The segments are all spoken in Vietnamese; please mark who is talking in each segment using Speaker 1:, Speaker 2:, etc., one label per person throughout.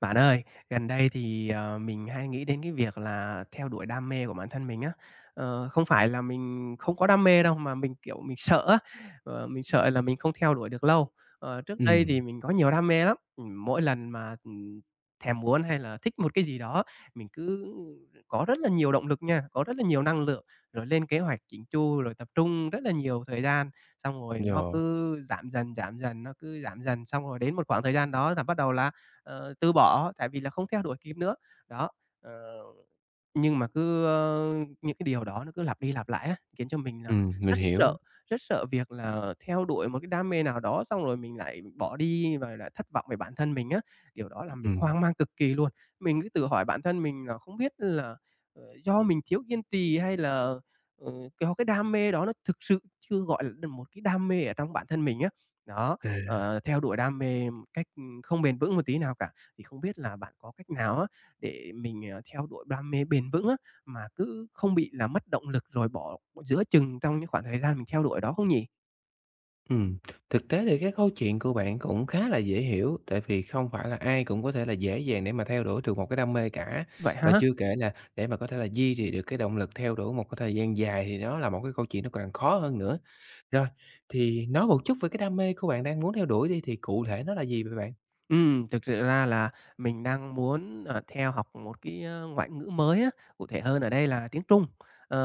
Speaker 1: Bạn ơi, gần đây thì, mình hay nghĩ đến cái việc là theo đuổi đam mê của bản thân mình á. Ờ, không phải là mình không có đam mê đâu, mà mình, kiểu, mình sợ á, mình sợ là mình không theo đuổi được lâu. Ờ, trước đây thì
Speaker 2: Ừm,
Speaker 1: mình có nhiều đam mê lắm, mỗi lần mà, thèm muốn hay là thích một cái gì đó, mình cứ có rất là nhiều động lực nha, có rất là nhiều năng lượng, rồi lên kế hoạch chỉnh chu, rồi tập trung rất là nhiều thời gian, xong rồi nó
Speaker 2: rồi,
Speaker 1: cứ giảm dần, nó cứ giảm dần, xong rồi đến một khoảng thời gian đó là bắt đầu là từ bỏ tại vì là không theo đuổi kịp nữa. Đó, ờ nhưng mà cứ, những cái điều đó nó cứ lặp đi lặp lại á, khiến cho mình là
Speaker 2: mình
Speaker 1: rất sợ,
Speaker 2: hiểu,
Speaker 1: rất sợ việc là theo đuổi một cái đam mê nào đó xong rồi mình lại bỏ đi và lại thất vọng về bản thân mình á. Điều đó làm mình
Speaker 2: ừm,
Speaker 1: hoang mang cực kỳ luôn. Mình cứ tự hỏi bản thân mình là không biết là, do mình thiếu kiên trì hay là, ờ, do cái đam mê đó nó thực sự chưa gọi là một cái đam mê ở trong bản thân mình á. Đó,
Speaker 2: à,
Speaker 1: ờ, theo đuổi đam mê một cách, không bền vững một tí nào cả. Thì không biết là bạn có cách nào á để mình, theo đuổi đam mê bền vững á, mà cứ không bị là mất động lực rồi bỏ giữa chừng trong những khoảng thời gian mình theo đuổi đó không nhỉ?
Speaker 2: ừm. Thực tế thì cái câu chuyện của bạn cũng khá là dễ hiểu, tại vì không phải là ai cũng có thể là dễ dàng để mà theo đuổi được một cái đam mê cả.
Speaker 1: Vậy
Speaker 2: Và
Speaker 1: ha.
Speaker 2: chưa kể là để mà có thể là duy trì được cái động lực theo đuổi một cái thời gian dài thì nó là một cái câu chuyện nó càng khó hơn nữa. Rồi, thì nói một chút về cái đam mê của bạn đang muốn theo đuổi đi, thì cụ thể nó là gì vậy bạn?
Speaker 1: Thực sự ra là mình đang muốn, theo học một cái, ngoại ngữ mới á, cụ thể hơn ở đây là tiếng Trung. Ờ,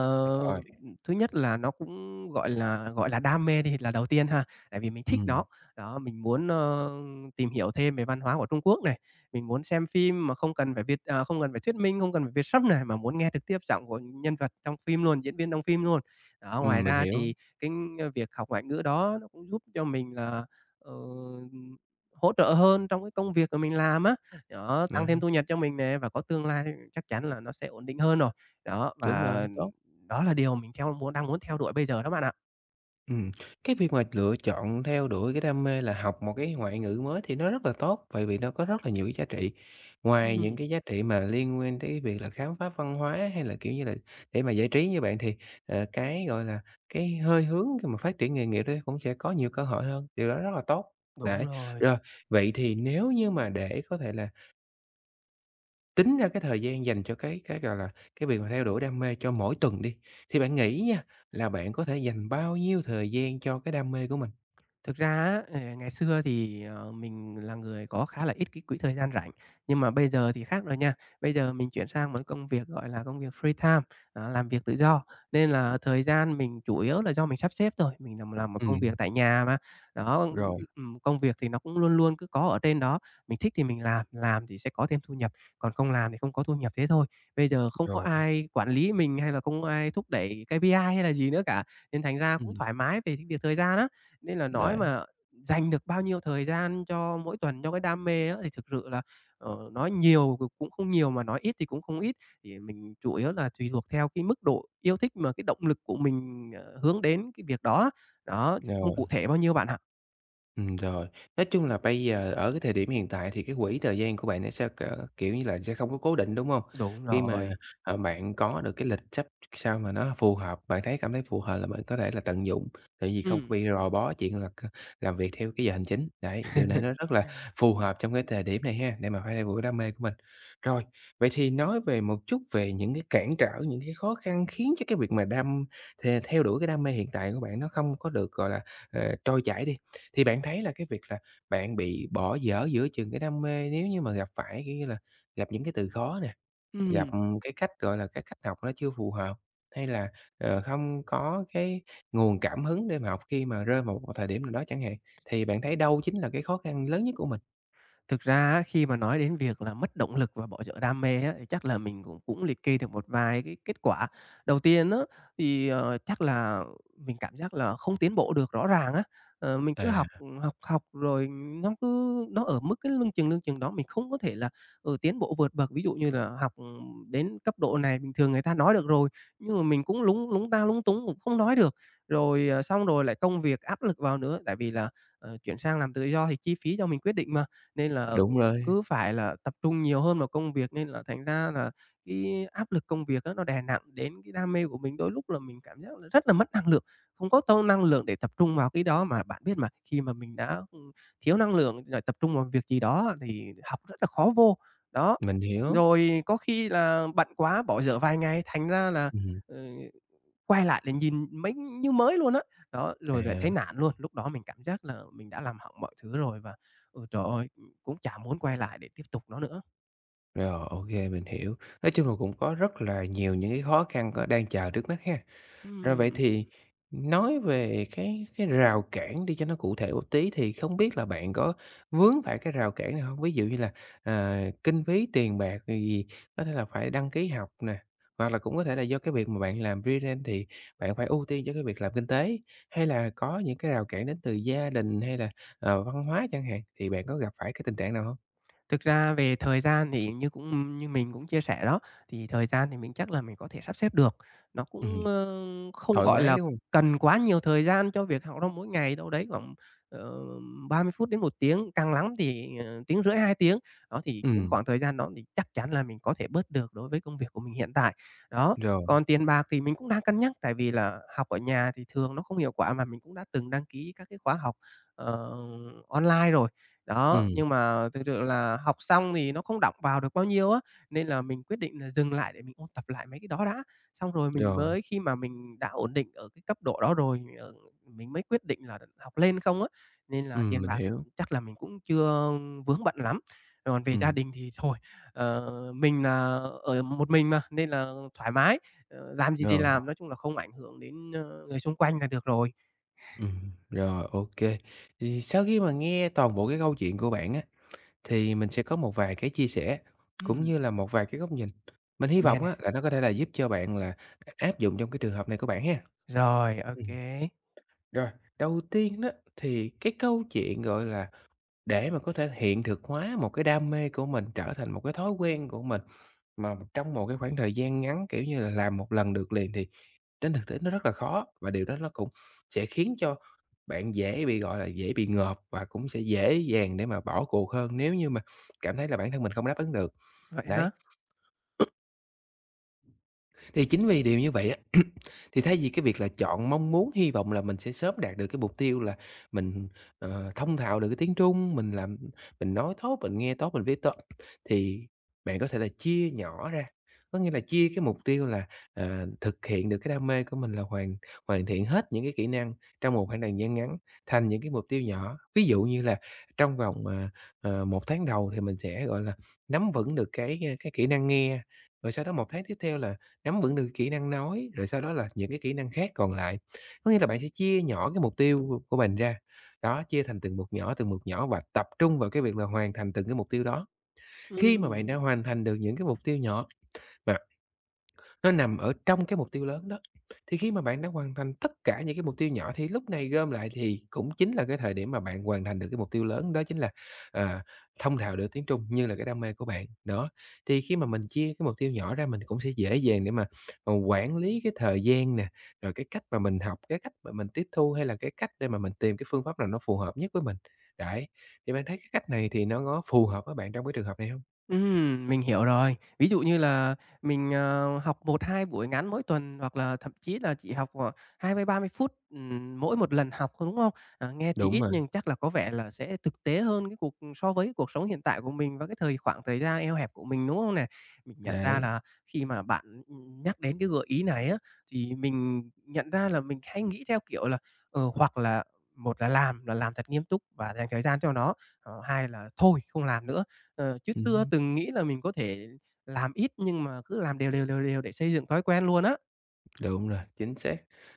Speaker 2: Rồi,
Speaker 1: thứ nhất là nó cũng, gọi là, đam mê đi là đầu tiên ha, tại vì mình thích
Speaker 2: ừm,
Speaker 1: nó. Đó, mình muốn, tìm hiểu thêm về văn hóa của Trung Quốc này, mình muốn xem phim mà không cần phải Việt à, không cần phải thuyết minh, không cần phải Việt sub này, mà muốn nghe trực tiếp giọng của nhân vật trong phim luôn, diễn viên trong phim luôn. Đó, ngoài
Speaker 2: mình
Speaker 1: ra
Speaker 2: hiểu,
Speaker 1: thì cái, việc học ngoại ngữ đó nó cũng giúp cho mình là, ờ, hỗ trợ hơn trong cái công việc, của mình làm á, đó, tăng thêm
Speaker 2: đấy,
Speaker 1: thu nhập cho mình nè và có tương lai chắc chắn là nó sẽ ổn định hơn rồi. Đó,
Speaker 2: đúng rồi,
Speaker 1: và
Speaker 2: tốt.
Speaker 1: đó là điều mình theo muốn đang muốn theo đuổi bây giờ đó bạn ạ.
Speaker 2: Ừm, cái việc mà lựa chọn theo đuổi cái đam mê là học một cái ngoại ngữ mới thì nó rất là tốt, bởi vì nó có rất là nhiều cái giá trị. Ngoài những
Speaker 1: Ừm,
Speaker 2: cái giá trị mà liên quan tới cái việc là khám phá văn hóa hay là, kiểu như là, để mà giải trí như bạn thì, cái, gọi là, cái hơi hướng khi mà phát triển nghề nghiệp đấy cũng sẽ có nhiều cơ hội hơn, điều đó rất là tốt. Đấy,
Speaker 1: đúng rồi.
Speaker 2: rồi, vậy thì nếu như mà để có thể là tính ra cái thời gian dành cho cái, gọi là, cái việc mà theo đuổi đam mê cho mỗi tuần đi, thì bạn nghĩ nha, là bạn có thể dành bao nhiêu thời gian cho cái đam mê của mình?
Speaker 1: Thực ra á, ngày xưa thì, mình là người có khá là ít cái quỹ thời gian rảnh, nhưng mà bây giờ thì khác rồi nha. Bây giờ mình chuyển sang một cái công việc, gọi là, công việc free time, à, làm việc tự do, nên là thời gian mình chủ yếu là do mình sắp xếp thôi. Mình làm một
Speaker 2: Ừ,
Speaker 1: công việc tại nhà mà, đó,
Speaker 2: rồi,
Speaker 1: công việc thì nó cũng luôn luôn cứ có ở trên đó, mình thích thì mình làm thì sẽ có thêm thu nhập, còn không làm thì không có thu nhập, thế thôi. Bây giờ không có
Speaker 2: rồi,
Speaker 1: ai quản lý mình hay là không có ai thúc đẩy KPI hay là gì nữa cả, nên thành ra
Speaker 2: ừ,
Speaker 1: cũng thoải mái về cái việc thời gian á. Nên là nói
Speaker 2: đấy,
Speaker 1: mà dành được bao nhiêu thời gian cho mỗi tuần cho cái đam mê á, thì thực sự là, nói nhiều cũng không nhiều mà nói ít thì cũng không ít. Thì mình chủ yếu là tùy thuộc theo cái mức độ yêu thích mà cái động lực của mình, hướng đến cái việc đó. Đó, chứ không
Speaker 2: rồi.
Speaker 1: cụ thể bao nhiêu bạn ạ.
Speaker 2: Rồi. Nói chung là bây giờ ở cái thời điểm hiện tại thì cái quỹ thời gian của bạn nó sẽ, cỡ, kiểu như là, sẽ không có cố định, đúng không?
Speaker 1: Đúng
Speaker 2: Khi mà,
Speaker 1: rồi.
Speaker 2: bạn có được cái lịch sắp sao mà nó phù hợp, bạn thấy cảm thấy phù hợp là bạn có thể là tận dụng, tại vì không có
Speaker 1: Ừ.
Speaker 2: bị rò bó chuyện là làm việc theo cái giờ hành chính. Đấy, điều này nó rất là phù hợp trong cái thời điểm này ha, để mà phát huy đam mê của mình. Rồi, vậy thì nói về một chút về những cái cản trở, những cái khó khăn khiến cho cái việc mà đam the theo đuổi cái đam mê hiện tại của bạn nó không có được, gọi là, trôi chảy đi. Thì bạn thấy là cái việc là bạn bị bỏ dở giữa chừng cái đam mê nếu như mà gặp phải, kiểu như là, gặp những cái từ khó nè, gặp
Speaker 1: Ừ.
Speaker 2: cái cách, gọi là, cái cách học nó chưa phù hợp, hay là, không có cái nguồn cảm hứng để mà học khi mà rơi vào một thời điểm nào đó chẳng hạn, thì bạn thấy đâu chính là cái khó khăn lớn nhất của mình?
Speaker 1: Thực ra á, khi mà nói đến việc là mất động lực và bỏ dở đam mê á, thì chắc là mình cũng cũng liệt kê được một vài cái kết quả. Đầu tiên á, thì, chắc là mình cảm giác là không tiến bộ được rõ ràng á. Ờ, mình cứ
Speaker 2: À,
Speaker 1: học rồi nó ở mức cái lưng chừng đó, mình không có thể là, ở tiến bộ vượt bậc. Ví dụ như là học, ừ, đến cấp độ này bình thường người ta nói được rồi, nhưng mà mình cũng lúng lúng ta lúng túng cũng không nói được. Rồi, ờ, xong rồi lại công việc áp lực vào nữa, tại vì là, chuyển sang làm tự do thì chi phí do mình quyết định mà. Nên là
Speaker 2: đúng rồi,
Speaker 1: cứ phải là tập trung nhiều hơn vào công việc, nên là thành ra là cái áp lực công việc á, nó đè nặng đến cái đam mê của mình. Đôi lúc là mình cảm giác là rất là mất năng lượng, không có tô năng lượng để tập trung vào cái đó. Mà bạn biết mà, khi mà mình đã, thiếu năng lượng để tập trung vào việc gì đó thì học rất là khó vô. Đó,
Speaker 2: mình hiểu.
Speaker 1: rồi có khi là bận quá bỏ dở vài ngày, thành ra là,
Speaker 2: Ừm,
Speaker 1: ừ, quay lại là nhìn mấy như mới luôn á. Đó, rồi lại
Speaker 2: à,
Speaker 1: thấy nản luôn, lúc đó mình cảm giác là mình đã làm hỏng mọi thứ rồi và, ừ, trời ơi, cũng chả muốn quay lại để tiếp tục nó nữa.
Speaker 2: rồi, OK, mình hiểu. Nói chung là cũng có rất là nhiều những cái khó khăn có đang chờ trước mắt ha. Rồi vậy
Speaker 1: Ừm.
Speaker 2: thì nói về cái rào cản đi cho nó cụ thể một tí, thì không biết là bạn có vướng phải cái rào cản nào không? Ví dụ như là, ờ, kinh phí, tiền bạc, rồi gì có thể là phải đăng ký học nè, hoặc là cũng có thể là do cái việc mà bạn làm freelance thì bạn phải ưu tiên cho cái việc làm kinh tế, hay là có những cái rào cản đến từ gia đình hay là, văn hóa chẳng hạn, thì bạn có gặp phải cái tình trạng nào không?
Speaker 1: Thực ra về thời gian thì cũng như mình cũng chia sẻ đó, thì thời gian thì mình chắc là mình có thể sắp xếp được. Nó
Speaker 2: Ừm,
Speaker 1: cũng, ơ, không,
Speaker 2: thoải
Speaker 1: gọi
Speaker 2: mái,
Speaker 1: là,
Speaker 2: đúng không?
Speaker 1: cần quá nhiều thời gian cho việc học đâu, mỗi ngày đâu đấy khoảng, ờ, 30 phút đến một tiếng, càng lắm thì, tiếng rưỡi, 2 tiếng. Đó, thì
Speaker 2: Ừ
Speaker 1: những khoảng thời gian đó thì chắc chắn là mình có thể bớt được đối với công việc của mình hiện tại. Đó,
Speaker 2: rồi,
Speaker 1: còn tiền bạc thì mình cũng đang cân nhắc, tại vì là học ở nhà thì thường nó không hiệu quả, mà mình cũng đã từng đăng ký các cái khóa học, ờ, online rồi. Đó,
Speaker 2: ừ
Speaker 1: nhưng mà thực sự là học xong thì nó không đọng vào được bao nhiêu á, nên là mình quyết định là dừng lại để mình ôn tập lại mấy cái đó đã. Xong rồi mình
Speaker 2: rồi,
Speaker 1: mới Khi mà mình đã ổn định ở cái cấp độ đó rồi, mình mới quyết định là học lên không á, nên là tiền
Speaker 2: mình
Speaker 1: bạc thì
Speaker 2: hiểu,
Speaker 1: chắc là mình cũng chưa vướng bận lắm. Còn về gia
Speaker 2: ừ
Speaker 1: đình thì thôi, ờ, mình là ở một mình mà, nên là thoải mái, làm gì thì
Speaker 2: rồi.
Speaker 1: làm, nói chung là không ảnh hưởng đến, người xung quanh là được rồi.
Speaker 2: Rồi, OK. Thì sau khi mà nghe toàn bộ cái câu chuyện của bạn á, thì mình sẽ có một vài cái chia sẻ, cũng
Speaker 1: Ừm,
Speaker 2: như là một vài cái góc nhìn. Mình
Speaker 1: mình
Speaker 2: hy
Speaker 1: nghe
Speaker 2: vọng
Speaker 1: này.
Speaker 2: á là nó có thể là giúp cho bạn là áp dụng trong cái trường hợp này của bạn ha.
Speaker 1: Rồi, ô
Speaker 2: Ừm,
Speaker 1: kê,
Speaker 2: rồi, đầu tiên đó thì cái câu chuyện, gọi là, để mà có thể hiện thực hóa một cái đam mê của mình trở thành một cái thói quen của mình, mà trong một cái khoảng thời gian ngắn, kiểu như là, làm một lần được liền thì trên thực tế nó rất là khó và điều đó nó cũng sẽ khiến cho bạn dễ bị, gọi là, dễ bị ngợp và cũng sẽ dễ dàng để mà bỏ cuộc hơn nếu như mà cảm thấy là bản thân mình không đáp ứng được.
Speaker 1: vậy
Speaker 2: Đấy,
Speaker 1: ha.
Speaker 2: thì chính vì điều như vậy á, thì thay vì cái việc là chọn mong muốn, hy vọng là mình sẽ sớm đạt được cái mục tiêu là mình, thông thạo được cái tiếng Trung, mình làm mình nói tốt, mình nghe tốt, mình viết tốt, thì bạn có thể là chia nhỏ ra. Có nghĩa là chia cái mục tiêu là, thực hiện được cái đam mê của mình là hoàn hoàn thiện hết những cái kỹ năng trong một khoảng thời gian ngắn thành những cái mục tiêu nhỏ. Ví dụ như là trong vòng, 1 tháng đầu thì mình sẽ, gọi là, nắm vững được cái kỹ năng nghe, rồi sau đó một tháng tiếp theo là nắm vững được cái kỹ năng nói, rồi sau đó là những cái kỹ năng khác còn lại. Có nghĩa là bạn sẽ chia nhỏ cái mục tiêu của mình ra, đó, chia thành từng mục nhỏ và tập trung vào cái việc là hoàn thành từng cái mục tiêu đó. Khi mà bạn đã
Speaker 1: Ừm,
Speaker 2: hoàn thành được những cái mục tiêu nhỏ mà nó nằm ở trong cái mục tiêu lớn đó. Thì khi mà bạn đã hoàn thành tất cả những cái mục tiêu nhỏ thì lúc này gom lại thì cũng chính là cái thời điểm mà bạn hoàn thành được cái mục tiêu lớn, đó chính là, à, thông thạo được tiếng Trung như là cái đam mê của bạn. Đó, thì khi mà mình chia cái mục tiêu nhỏ ra mình cũng sẽ dễ dàng để mà, quản lý cái thời gian nè, rồi cái cách mà mình học, cái cách mà mình tiếp thu hay là cái cách để mà mình tìm cái phương pháp nào nó phù hợp nhất với mình. Đấy, thì bạn thấy cái cách này thì nó có phù hợp với bạn trong cái trường hợp này không?
Speaker 1: mình hiểu rồi. Ví dụ như là mình, học một 2 buổi ngắn mỗi tuần hoặc là thậm chí là chỉ học, khoảng 20 30 phút, mỗi một lần học thôi, đúng không? Ờ, nghe thì
Speaker 2: Đúng
Speaker 1: ít
Speaker 2: rồi,
Speaker 1: nhưng chắc là có vẻ là sẽ thực tế hơn cái cuộc so với cuộc sống hiện tại của mình và cái khoảng thời gian eo hẹp của mình, đúng không nè? Mình nhận ra
Speaker 2: đấy.
Speaker 1: là khi mà bạn nhắc đến cái gợi ý này á, thì mình nhận ra là mình hay nghĩ theo kiểu là, hoặc là một là làm thật nghiêm túc và dành thời gian cho nó, hai là thôi không làm nữa. Ờ, chứ tưa
Speaker 2: Ừm.
Speaker 1: từng nghĩ là mình có thể làm ít nhưng mà cứ làm đều để xây dựng thói quen luôn á.
Speaker 2: Đúng rồi, chính xác.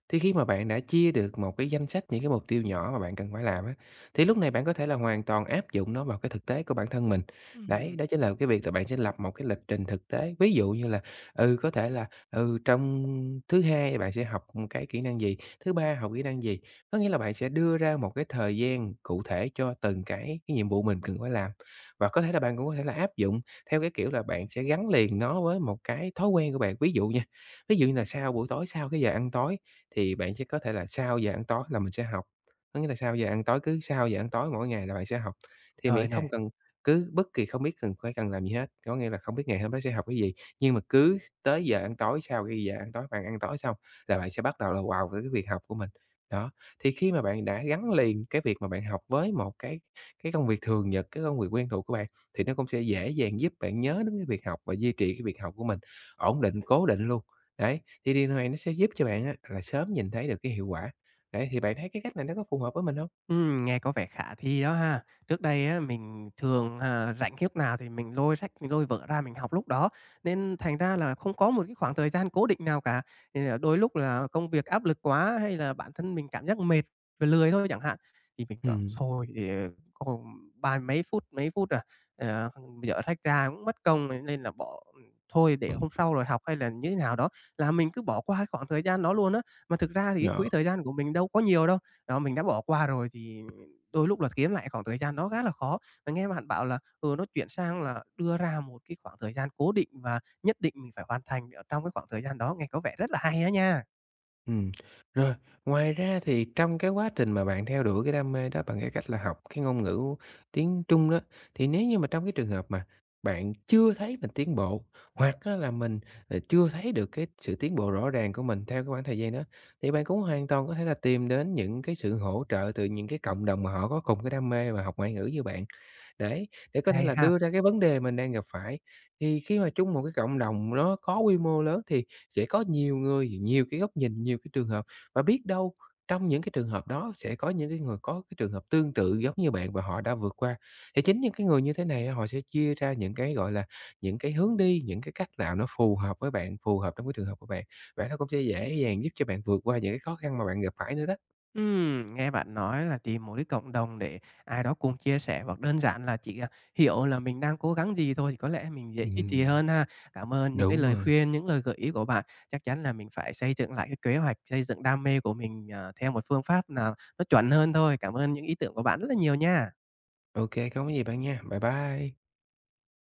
Speaker 2: Thì khi mà bạn đã chia được một cái danh sách những cái mục tiêu nhỏ mà bạn cần phải làm á, thì lúc này bạn có thể là hoàn toàn áp dụng nó vào cái thực tế của bản thân mình. Đấy,
Speaker 1: Ừm,
Speaker 2: đó chính là cái việc là bạn sẽ lập một cái lịch trình thực tế. Ví dụ như là, có thể là, trong thứ Hai thì bạn sẽ học một cái kỹ năng gì, thứ Ba học kỹ năng gì. Có nghĩa là bạn sẽ đưa ra một cái thời gian cụ thể cho từng cái nhiệm vụ mình cần phải làm. Và có thể là bạn cũng có thể là áp dụng theo cái kiểu là bạn sẽ gắn liền nó với một cái thói quen của bạn. Ví dụ nha. Ví dụ như là sau buổi tối, sau cái giờ ăn tối thì bạn sẽ có thể là sau giờ ăn tối là mình sẽ học, có nghĩa là sau giờ ăn tối, cứ sau giờ ăn tối mỗi ngày là bạn sẽ học. Thì miễn
Speaker 1: trời nè.
Speaker 2: không cần cứ bất kỳ không biết cần phải cần làm gì hết, có nghĩa là không biết ngày hôm đó sẽ học cái gì, nhưng mà cứ tới giờ ăn tối, sau cái giờ ăn tối, bạn ăn tối xong là bạn sẽ bắt đầu là vào với cái việc học của mình. Đó, thì khi mà bạn đã gắn liền cái việc mà bạn học với một cái công việc thường nhật, cái công việc quen thuộc của bạn thì nó cũng sẽ dễ dàng giúp bạn nhớ đến cái việc học và duy trì cái việc học của mình, ổn định, cố định luôn. Đấy, thì điều này nó sẽ giúp cho bạn á là sớm nhìn thấy được cái hiệu quả. Đấy, thì bạn thấy cái cách này nó có phù hợp với mình không?
Speaker 1: Nghe có vẻ khả thi đó ha. Trước đây á, mình thường, à, rảnh khi lúc nào thì mình lôi sách, mình lôi vở ra mình học lúc đó, nên thành ra là không có một cái khoảng thời gian cố định nào cả. Thì, à, đôi lúc là công việc áp lực quá hay là bản thân mình cảm giác mệt và lười thôi chẳng hạn, thì mình,
Speaker 2: Ừm.
Speaker 1: thôi thì còn ba mấy phút, ờ, dở sách ra cũng mất công này nên là bỏ, thôi để hôm sau rồi học hay là như thế nào đó, là mình cứ bỏ qua cái khoảng thời gian đó luôn á. Mà thực ra thì cái
Speaker 2: Ờ,
Speaker 1: quỹ thời gian của mình đâu có nhiều đâu. Đó, mình đã bỏ qua rồi thì đôi lúc là kiếm lại khoảng thời gian đó khá là khó. Mình nghe bạn bảo là, ừ, nó chuyển sang là đưa ra một cái khoảng thời gian cố định và nhất định mình phải hoàn thành ở trong cái khoảng thời gian đó, nghe có vẻ rất là hay đó nha.
Speaker 2: ừm. Rồi, ngoài ra thì trong cái quá trình mà bạn theo đuổi cái đam mê đó bằng cái cách là học cái ngôn ngữ tiếng Trung đó, thì nếu như mà trong cái trường hợp mà bạn chưa thấy mình tiến bộ, hoặc á là mình, chưa thấy được cái sự tiến bộ rõ ràng của mình theo cái khoảng thời gian đó, thì bạn cũng hoàn toàn có thể là tìm đến những cái sự hỗ trợ từ những cái cộng đồng mà họ có cùng cái đam mê và học ngoại ngữ như bạn. Đấy, để có thể
Speaker 1: Hay
Speaker 2: là
Speaker 1: ha!
Speaker 2: đưa ra cái vấn đề mình đang gặp phải. Thì khi mà chung một cái cộng đồng nó có quy mô lớn thì sẽ có nhiều người, nhiều cái góc nhìn, nhiều cái trường hợp và biết đâu trong những cái trường hợp đó sẽ có những cái người có cái trường hợp tương tự giống như bạn và họ đã vượt qua. Thì chính những cái người như thế này á, họ sẽ chia ra những cái, gọi là, những cái hướng đi, những cái cách nào nó phù hợp với bạn, phù hợp trong cái trường hợp của bạn và nó cũng sẽ dễ dàng giúp cho bạn vượt qua những cái khó khăn mà bạn gặp phải nữa đó.
Speaker 1: Nghe bạn nói là tìm một cái cộng đồng để ai đó cùng chia sẻ hoặc đơn giản là chỉ, à, hiểu là mình đang cố gắng gì thôi thì có lẽ mình dễ duy trì
Speaker 2: Ừm,
Speaker 1: hơn ha. Cảm ơn những cái
Speaker 2: đúng
Speaker 1: lời
Speaker 2: rồi.
Speaker 1: khuyên, những lời gợi ý của bạn. Chắc chắn là mình phải xây dựng lại cái kế hoạch, xây dựng đam mê của mình, theo một phương pháp nào nó chuẩn hơn thôi. Cảm ơn những ý tưởng của bạn rất là nhiều nha.
Speaker 2: OK kê, không có gì bạn nha. Bye bye.